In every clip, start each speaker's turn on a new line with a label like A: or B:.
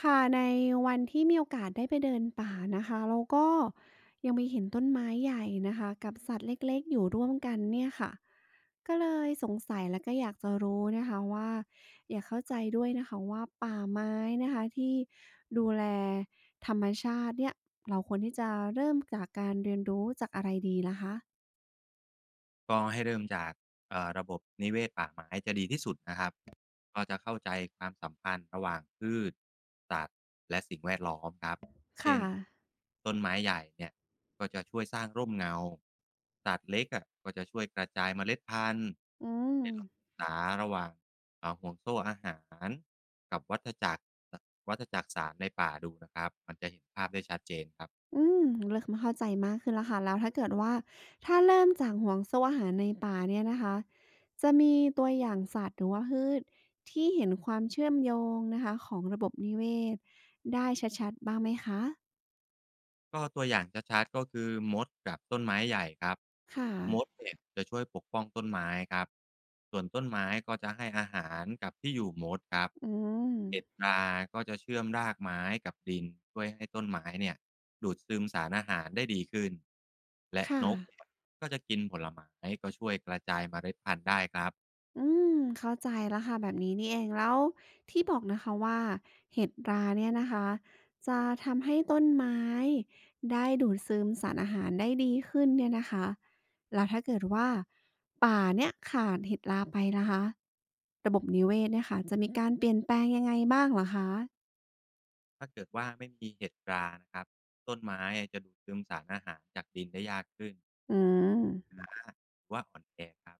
A: ค่ะในวันที่มีโอกาสได้ไปเดินป่านะคะเราก็ยังไปเห็นต้นไม้ใหญ่นะคะกับสัตว์เล็กๆอยู่ร่วมกันเนี่ยค่ะก็เลยสงสัยแล้วก็อยากจะรู้นะคะว่าอยากเข้าใจด้วยนะคะว่าป่าไม้นะคะที่ดูแลธรรมชาติเนี่ยเราควรที่จะเริ่มจากการเรียนรู้จากอะไรดีล่ะคะ
B: ก็ให้เริ่มจากระบบนิเวศป่าไม้จะดีที่สุดนะครับก็จะเข้าใจความสัมพันธ์ระหว่างพืชสัตว์และสิ่งแวดล้อมครับเช่
A: ค่ะ
B: นต้นไม้ใหญ่เนี่ยก็จะช่วยสร้างร่มเงาสัตว์เล็กอะก็จะช่วยกระจายเมล็ดพันธุ์
A: อืม
B: ให้ลองศึกษาระหว่างห่วงโซ่อาหารกับวัฏจักรสารในป่าดูนะครับ มันจะเห็นภาพได้ชัดเจนครับ
A: อืมเริ่มาเข้าใจมากขึ้นแล้วค่ะแล้วถ้าเกิดว่าถ้าเริ่มจากห่วงโซ่อาหารในป่าเนี่ยนะคะจะมีตัวอย่างสัตว์หรือว่าพืชที่เห็นความเชื่อมโยงนะคะของระบบนิเวศได้ชัดๆบ้างไหมคะ
B: ก็ตัวอย่างชัดๆก็คือมดกับต้นไม้ใหญ่ครับ
A: ค่ะ
B: มดเนี่ยจะช่วยปกป้องต้นไม้ครับส่วนต้นไม้ก็จะให้อาหารกับที่อยู่มดครับ
A: อืม
B: เห็ดราก็จะเชื่อมรากไม้กับดินช่วยให้ต้นไม้เนี่ยดูดซึมสารอาหารได้ดีขึ้นและ
A: ค่ะ
B: นกเนี่ยก็จะกินผลไม้ก็ช่วยกระจายเมล็ดพันธุ์ได้ครับ
A: อืมเข้าใจแล้วค่ะแบบนี้นี่เองแล้วที่บอกนะคะว่าเห็ดราเนี่ยนะคะจะทำให้ต้นไม้ได้ดูดซึมสารอาหารได้ดีขึ้นเนี่ยนะคะแล้วถ้าเกิดว่าป่าเนี่ยขาดเห็ดราไปนะคะระบบนิเวศเนี่ยค่ะจะมีการเปลี่ยนแปลงยังไงบ้างเหรอคะ
B: ถ้าเกิดว่าไม่มีเห็ดรานะครับต้นไม้จะดูดซึมสารอาหารจากดินได้ยากขึ้น
A: อืม
B: รือว่าอ่อนแอครับ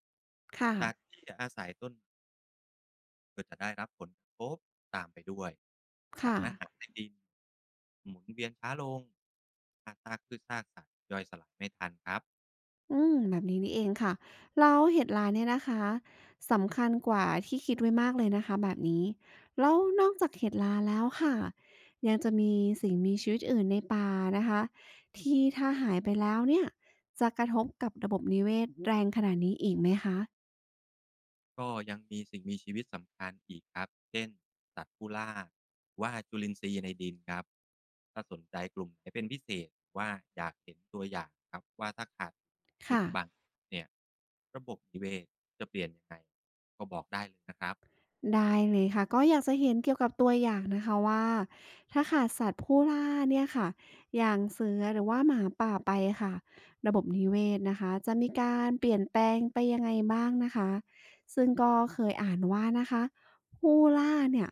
A: ค่ะ
B: สัตว์ที่อาศัยต้นไม้ก็จะได้รับผลกระทบตามไปด้วยสา
A: ค่ะ
B: รอาหารในดินหมุนเวียนช้าลงอาซากพืชซากสัตว์ย่อยสลายไม่ทันครับ
A: แบบนี้นี่เองค่ะแล้วเหตุร้ายเนี่ยนะคะสำคัญกว่าที่คิดไว้มากเลยนะคะแบบนี้แล้วนอกจากเห็ดราแล้วค่ะยังจะมีสิ่งมีชีวิตอื่นในป่านะคะที่ถ้าหายไปแล้วเนี่ยจะกระทบกับระบบนิเวศแรงขนาดนี้อีกไหมคะ
B: ก็ยังมีสิ่งมีชีวิตสำคัญอีกครับเช่นสัตว์ผู้ล่าหรือว่าจุลินทรีย์ในดินครับถ้าสนใจกลุ่มไหนเป็นพิเศษหรือว่าอยากเห็นตัวอย่างครับว่าถ้าขาดชีวิต
A: ค่ะ
B: บางชนิดเนี่ยระบบนิเวศจะเปลี่ยนยังไงก็บอกได้เลยนะครับ
A: ได้เลยค่ะก็อยากจะเห็นเกี่ยวกับตัวอย่างนะคะว่าถ้าขาดสัตว์ผู้ล่าเนี่ยค่ะอย่างเสือหรือว่าหมาป่าไปค่ะระบบนิเวศนะคะจะมีการเปลี่ยนแปลงไปยังไงบ้างนะคะซึ่งก็เคยอ่านว่านะคะผู้ล่าเนี่ย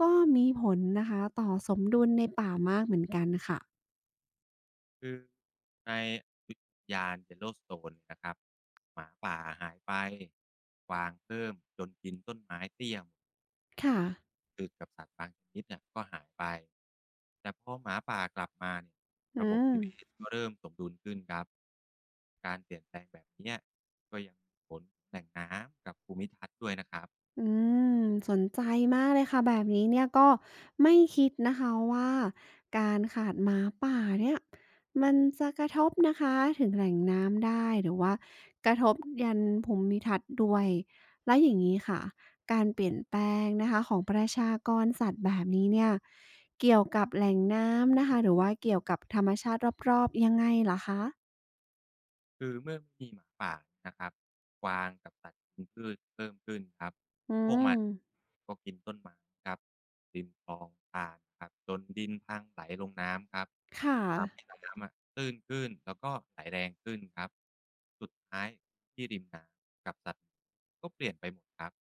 A: ก็มีผลนะคะต่อสมดุลในป่ามากเหมือนกันค่ะ
B: คือในอุทยาน Yellowstone เนี่ยนะครับหมาป่าหายไปกวางเพิ่มจนกินต้นไม้เตี้ยหมด
A: ค่ะ
B: กกับสัตว์บางชนิดเนี่ยก็หายไปแต่พอหมาป่ากลับมาเนี่ย
A: อื
B: ระบบ
A: ม
B: นิเวศก็เริ่มสมดุลขึ้นครับการเปลี่ยนแปลงแบบเนี้ยก็ยังมีผลถึงแหล่งน้ำกับภูมิทัศน์ด้วยนะครับ
A: อืมสนใจมากเลยค่ะแบบนี้เนี่ยก็ไม่คิดนะคะว่าการขาดหมาป่าเนี่ยมันจะกระทบนะคะถึงแหล่งน้ำได้หรือว่ากระทบยันภูมิทัศน์ด้วยแล้วอย่างนี้ค่ะการเปลี่ยนแปลงนะคะของประชากรสัตว์แบบนี้เนี่ยเกี่ยวกับแหล่งน้ำนะคะหรือว่าเกี่ยวกับธรรมชาติรอบๆยังไงล่รคะ
B: คือเมื่อมีหมาป่านะครับกวางกับสัตว์กินพืชเพิ่มขึ้นครับ
A: อื
B: พวกมั
A: ม
B: นก็กินต้นไม้ครับดินคลองตานครับจนดินพังไหลลงน้ำครับ
A: ค่ะ
B: ทำให้น้ำอะตื้นขึ้นแล้วก็ไหลแรงขึ้นครับสุดท้ายที่ริมน้ำกับสัตว์ก็เปลี่ยนไปหมดครับ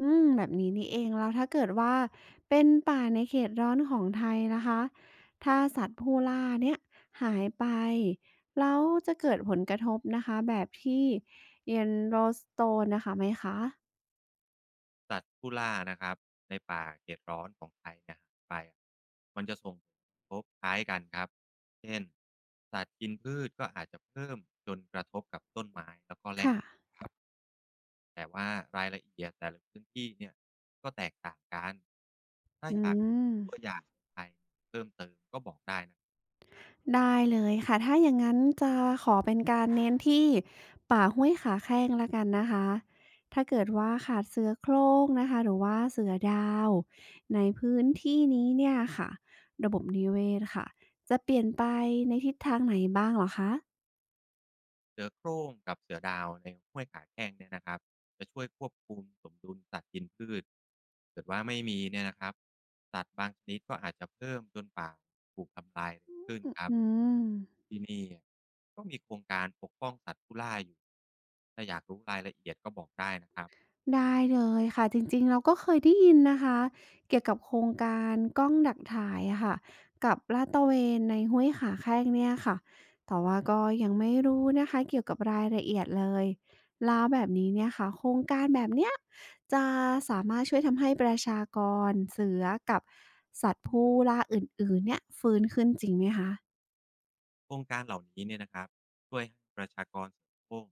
A: แบบนี้นี่เองแล้วถ้าเกิดว่าเป็นป่าในเขตร้อนของไทยนะคะถ้าสัตว์ผู้ล่าเนี่ยหายไปแล้วจะเกิดผลกระทบนะคะแบบที่เยนโรสโต o นะคะไหมคะ
B: สัตว์ผู้ล่านะครับในป่าเขตร้อนของไทยเนี่ยหายไปอะมันจะส่งผลกระทบคล้ายกันครับเช่นสัตว์กินพืชก็อาจจะเพิ่มจนกระทบกับต้นไม้แล้วก็แหล่ง
A: ค่ะ
B: ครับแต่ว่ารายละเอียดแต่ละพื้นที่เนี่ยก็แตกต่างกันถ้า
A: อื
B: อยาก
A: ม
B: ตัวอย่างไทยเพิ่มเติมก็บอกได้
A: ได้เลยค่ะถ้าอย่างนั้นจะขอเป็นการเน้นที่ป่าห้วยขาแข้งแล้วกันนะคะถ้าเกิดว่าขาดเสือโคร่งนะคะหรือว่าเสือดาวในพื้นที่นี้เนี่ยค่ะระบบนิเวศค่ะจะเปลี่ยนไปในทิศทางไหนบ้างเหรอคะ
B: เสือโคร่งกับเสือดาวในห้วยขาแข้งเนี่ยนะครับจะช่วยควบคุมสมดุลสัตว์กินพืชเกิดว่าไม่มีเนี่ยนะครับสัตว์บางชนิดก็อาจจะเพิ่มจนป่าถูกทำลายเร็วขึ้นครั
A: อื
B: บ
A: ม
B: ที่นี่ก็มีโครงการปกป้องสัตว์ผู้ล่าอยู่ถ้าอยากรู้รายละเอียดก็บอกได้นะครับ
A: ได้เลยค่ะจริงๆเราก็เคยได้ยินนะคะเกี่ยวกับโครงการกล้องดักถ่ายอะค่ะกับลาดตระเวนในห้วยขาแข้งเนี่ยค่ะแต่ว่าก็ยังไม่รู้นะคะเกี่ยวกับรายละเอียดเลยแล้วแบบนี้เนี่ยค่ะโครงการแบบเนี้ยจะสามารถช่วยทำให้ประชากรเสือกับสัตว์ผู้ล่าอื่นๆเนี่ยฟื้นขึ้นจริงไหมคะ
B: โครงการเหล่านี้เนี่ยนะครับช่วยให้ประชากรสือโคร่ง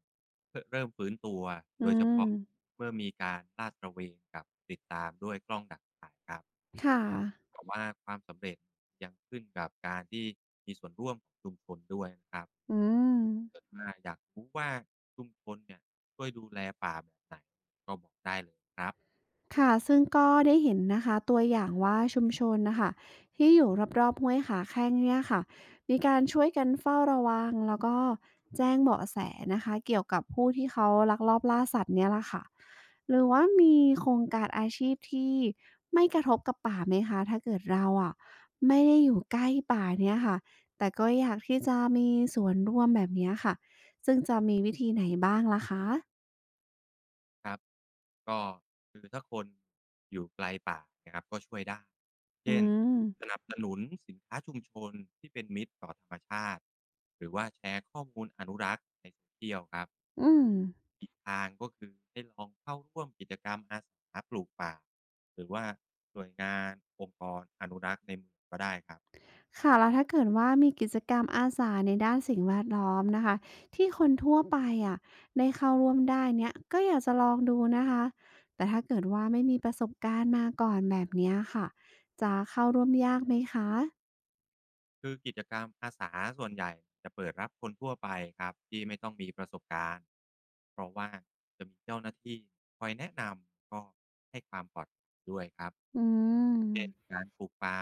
B: เริ่มฟื้นตัว
A: อื
B: โดยเฉพาะ
A: ม
B: เมื่อมีการลาดตระเวนกับติดตามด้วยกล้องดักถ่ายครับ
A: ค่ะ
B: แต่ว่าความสำเร็จยังขึ้นกับการที่มีส่วนร่วมของชุมชนด้วยนะครับ
A: อืม
B: เกิดว่าอยากรู้ว่าชุมชนเนี่ยช่วยดูแลป่าแบบไหนก็บอกได้เลยครับ
A: ค่ะซึ่งก็ได้เห็นนะคะตัวอย่างว่าชุมชนนะคะที่อยู่รอบๆห้วยขาแข้งเนี่ยค่ะมีการช่วยกันเฝ้าระวังแล้วก็แจ้งเบาะแสนะคะเกี่ยวกับผู้ที่เขาลักลอบล่าสัตว์เนี่ยละค่ะหรือว่ามีโครงการอาชีพที่ไม่กระทบกับป่าไหมคะถ้าเกิดเราอะไม่ได้อยู่ใกล้ป่าเนี่ยค่ะแต่ก็อยากที่จะมีส่วนร่วมแบบเนี้ยค่ะซึ่งจะมีวิธีไหนบ้างล่ะคะ
B: ครับก็คือถ้าคนอยู่ไกลป่านะครับก็ช่วยได้
A: อื
B: เช่น
A: ม
B: สนับสนุนสินค้าชุมชนที่เป็นมิตรต่อธรรมชาติหรือว่าแชร์ข้อมูลอนุรักษ์ในโซเชียลครับ
A: อืม
B: อีกทางก็คือให้ลองเข้าร่วมกิจกรรมอาสาปลูกป่าหรือว่าหน่วยงานองค์กรอนุรักษ์ในเมืองก็ได้ครับ
A: ค่ะแล้วถ้าเกิดว่ามีกิจกรรมอาสาในด้านสิ่งแวดล้อมนะคะที่คนทั่วไปอะได้เข้าร่วมได้เนี่ยก็อยากจะลองดูนะคะแต่ถ้าเกิดว่าไม่มีประสบการณ์มาก่อนแบบเนี้ยค่ะจะเข้าร่วมยากไหมคะ
B: คือกิจกรรมอาสาส่วนใหญ่จะเปิดรับคนทั่วไปครับที่ไม่ต้องมีประสบการณ์เพราะว่าจะมีเจ้าหน้าที่คอยแนะนำก็ให้ความปลอดภัยด้วยครับ
A: อืม
B: เช่นการปลูกป่า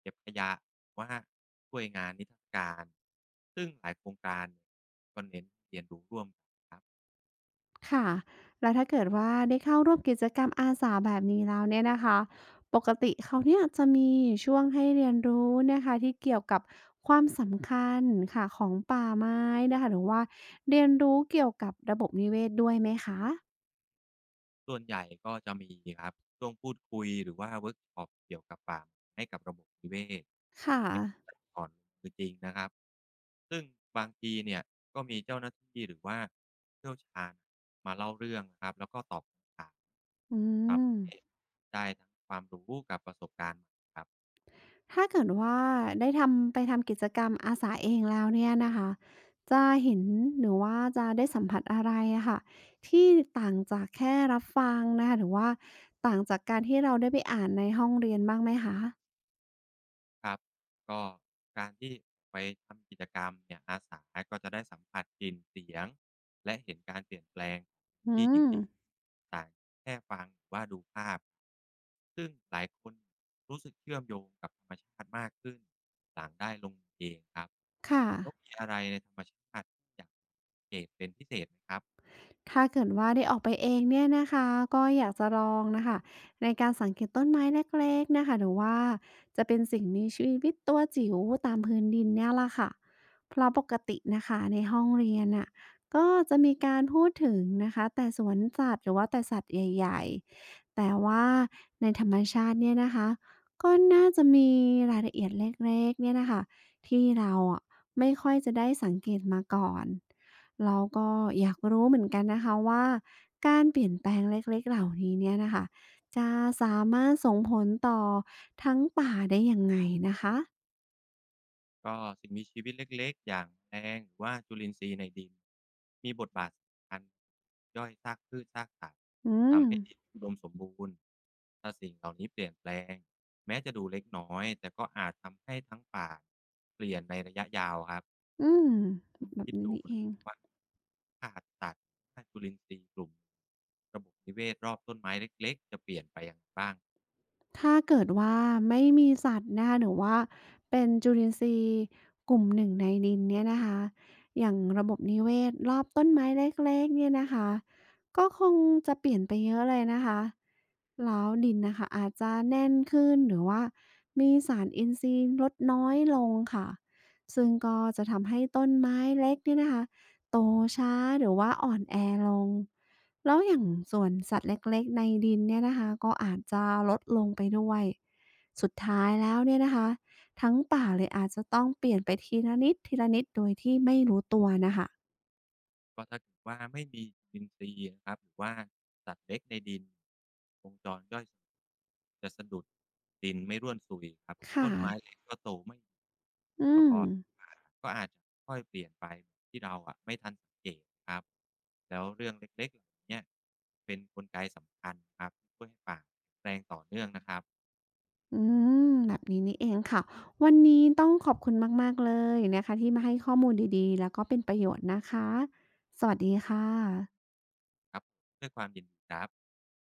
B: เก็บขยะหรือว่าช่วยงานนิทรรศการซึ่งหลายโครงการเนี่ยก็เน้นเรียนรู้ร่วมกันครับ
A: ค่ะแล้วถ้าเกิดว่าได้เข้าร่วมกิจกรรมอาสาแบบนี้แล้วเนี่ยนะคะปกติเขาเนี่ยจะมีช่วงให้เรียนรู้นะคะที่เกี่ยวกับความสำคัญค่ะของป่าไม้นะคะหรือว่าเรียนรู้เกี่ยวกับระบบนิเวศด้วยไหมคะ
B: ส่วนใหญ่ก็จะมีครับช่วงพูดคุยหรือว่าเวิร์กช็อปเกี่ยวกับป่าให้กับระบบนิเวศ
A: ค่ะ
B: ให้ก่อนคือจริงนะครับซึ่งบางทีเนี่ยก็มีเจ้าหน้าที่หรือว่าเชี่ยวชาญมาเล่าเรื่องนะครับแล้วก็ตอบคำถาม
A: อื
B: ครับ
A: ม
B: ได้ทั้งความรู้กับประสบการณ์ใหม่ครับ
A: ถ้าเกิดว่าได้ทำไปทำกิจกรรมอาสาเองแล้วเนี่ยนะคะ จะเห็นหรือว่าจะได้สัมผัสอะไรอะค่ะที่ต่างจากแค่รับฟังนะคะหรือว่าต่างจากการที่เราได้ไปอ่านในห้องเรียนบ้างไหมคะ
B: ครับก็การที่ไปทำกิจกรรมเนี่ยอาสาก็จะได้สัมผัสกลิ่นเสียงและเห็นการเปลี่ยนแปลงของ
A: อื
B: ที่จ
A: ม
B: ริงๆต่างแค่ฟังหรือว่าดูภาพซึ่งหลายคนรู้สึกเชื่อมโยงกับธรรมชาติมากขึ้นหลังได้ลงมือเองครับ
A: ค่ะ
B: แล้วมีอะไรในธรรมชาติที่อยากสังเกตเป็นพิเศษไหมครับ
A: ถ้าเกิดว่าได้ออกไปเองเนี่ยนะคะก็อยากจะลองนะคะในการสังเกตต้นไม้เล็กๆนะคะหรือว่าจะเป็นสิ่งมีชีวิตตัวจิ๋วตามพื้นดินเนี่ยละค่ะเพราะปกตินะคะในห้องเรียนน่ะก็จะมีการพูดถึงนะคะแต่สวนสัตว์หรือว่าแต่สัตว์ใหญ่ๆแต่ว่าในธรรมชาติเนี่ยนะคะก็น่าจะมีรายละเอียดเล็กๆเนี่ยนะคะที่เราอะไม่ค่อยจะได้สังเกตมาก่อน เราก็อยากรู้เหมือนกันนะคะว่าการเปลี่ยนแปลงเล็กๆเหล่านี้เนี่ยนะคะจะสามารถส่งผลต่อทั้งป่าได้ยังไงนะคะ
B: ก็สิ่งมีชีวิตเล็กๆอย่างแมลงหรือว่าจุลินทรีย์ในดินมีบทบาทสำคัญย่อยซากพืชซากสัตว์
A: อืม
B: ทำให้ดินอุดมสมบูรณ์ถ้าสิ่งเหล่านี้เปลี่ยนแปลงแม้จะดูเล็กน้อยแต่ก็อาจทำให้ทั้งป่าเปลี่ยนในระยะยาวครับ
A: อืม แบบ
B: คิด
A: นี้
B: ดู
A: นี่เอ
B: นะค
A: ง
B: รับว่าขาดสัตว์ถ้าดจุลินทรีย์กลุ่มระบบนิเวศรอบต้นไม้เล็กๆจะเปลี่ยนไปอย่างไรบ้าง
A: ถ้าเกิดว่าไม่มีสัตว์นะคะหรือว่าเป็นจุลินทรีย์กลุ่มหนึ่งในดินเนี่ยนะคะอย่างระบบนิเวศรอบต้นไม้เล็กๆเนี่ยนะคะก็คงจะเปลี่ยนไปเยอะเลยนะคะแล้วดินนะคะอาจจะแน่นขึ้นหรือว่ามีสารอินทรีย์ลดน้อยลงค่ะซึ่งก็จะทำให้ต้นไม้เล็กเนี่ยนะคะ โตช้าหรือว่าอ่อนแอลงแล้วอย่างสวนสัตว์เล็กๆในดินเนี่ยนะคะก็อาจจะลดลงไปด้วยสุดท้ายแล้วเนี่ยนะคะทั้งป่าเลยอาจจะต้องเปลี่ยนไปทีละนิดทีละนิดโดยที่ไม่รู้ตัวนะคะ
B: ก็ถ้าเกิดว่าไม่มีจุลินทรีย์นะครับหรือว่าสัตว์เล็กในดินวงจรย่อยสลายจะสะดุดดินไม่ร่วนสุยครับ
A: ค่ะ
B: ต้นไม้เล็กก็โตไม่ดี
A: อื
B: แล้ว
A: ม
B: ก็ป่าก็อาจจะค่อยเปลี่ยนไปแบบที่เราอะไม่ทันสังเกตครับแล้วเรื่องเล็กๆเหล่านี้เนี่ยเป็นกลไกสำคัญครับที่ช่วยให้ป่าแข็งแรงต่อเนื่องนะครับ
A: อืแบบนี้นี่เองค่ะวันนี้ต้องขอบคุณมากๆเลยนะคะที่มาให้ข้อมูลดีๆแล้วก็เป็นประโยชน์นะคะสวัสดีค่ะ
B: ครับด้วยความยินดีครับ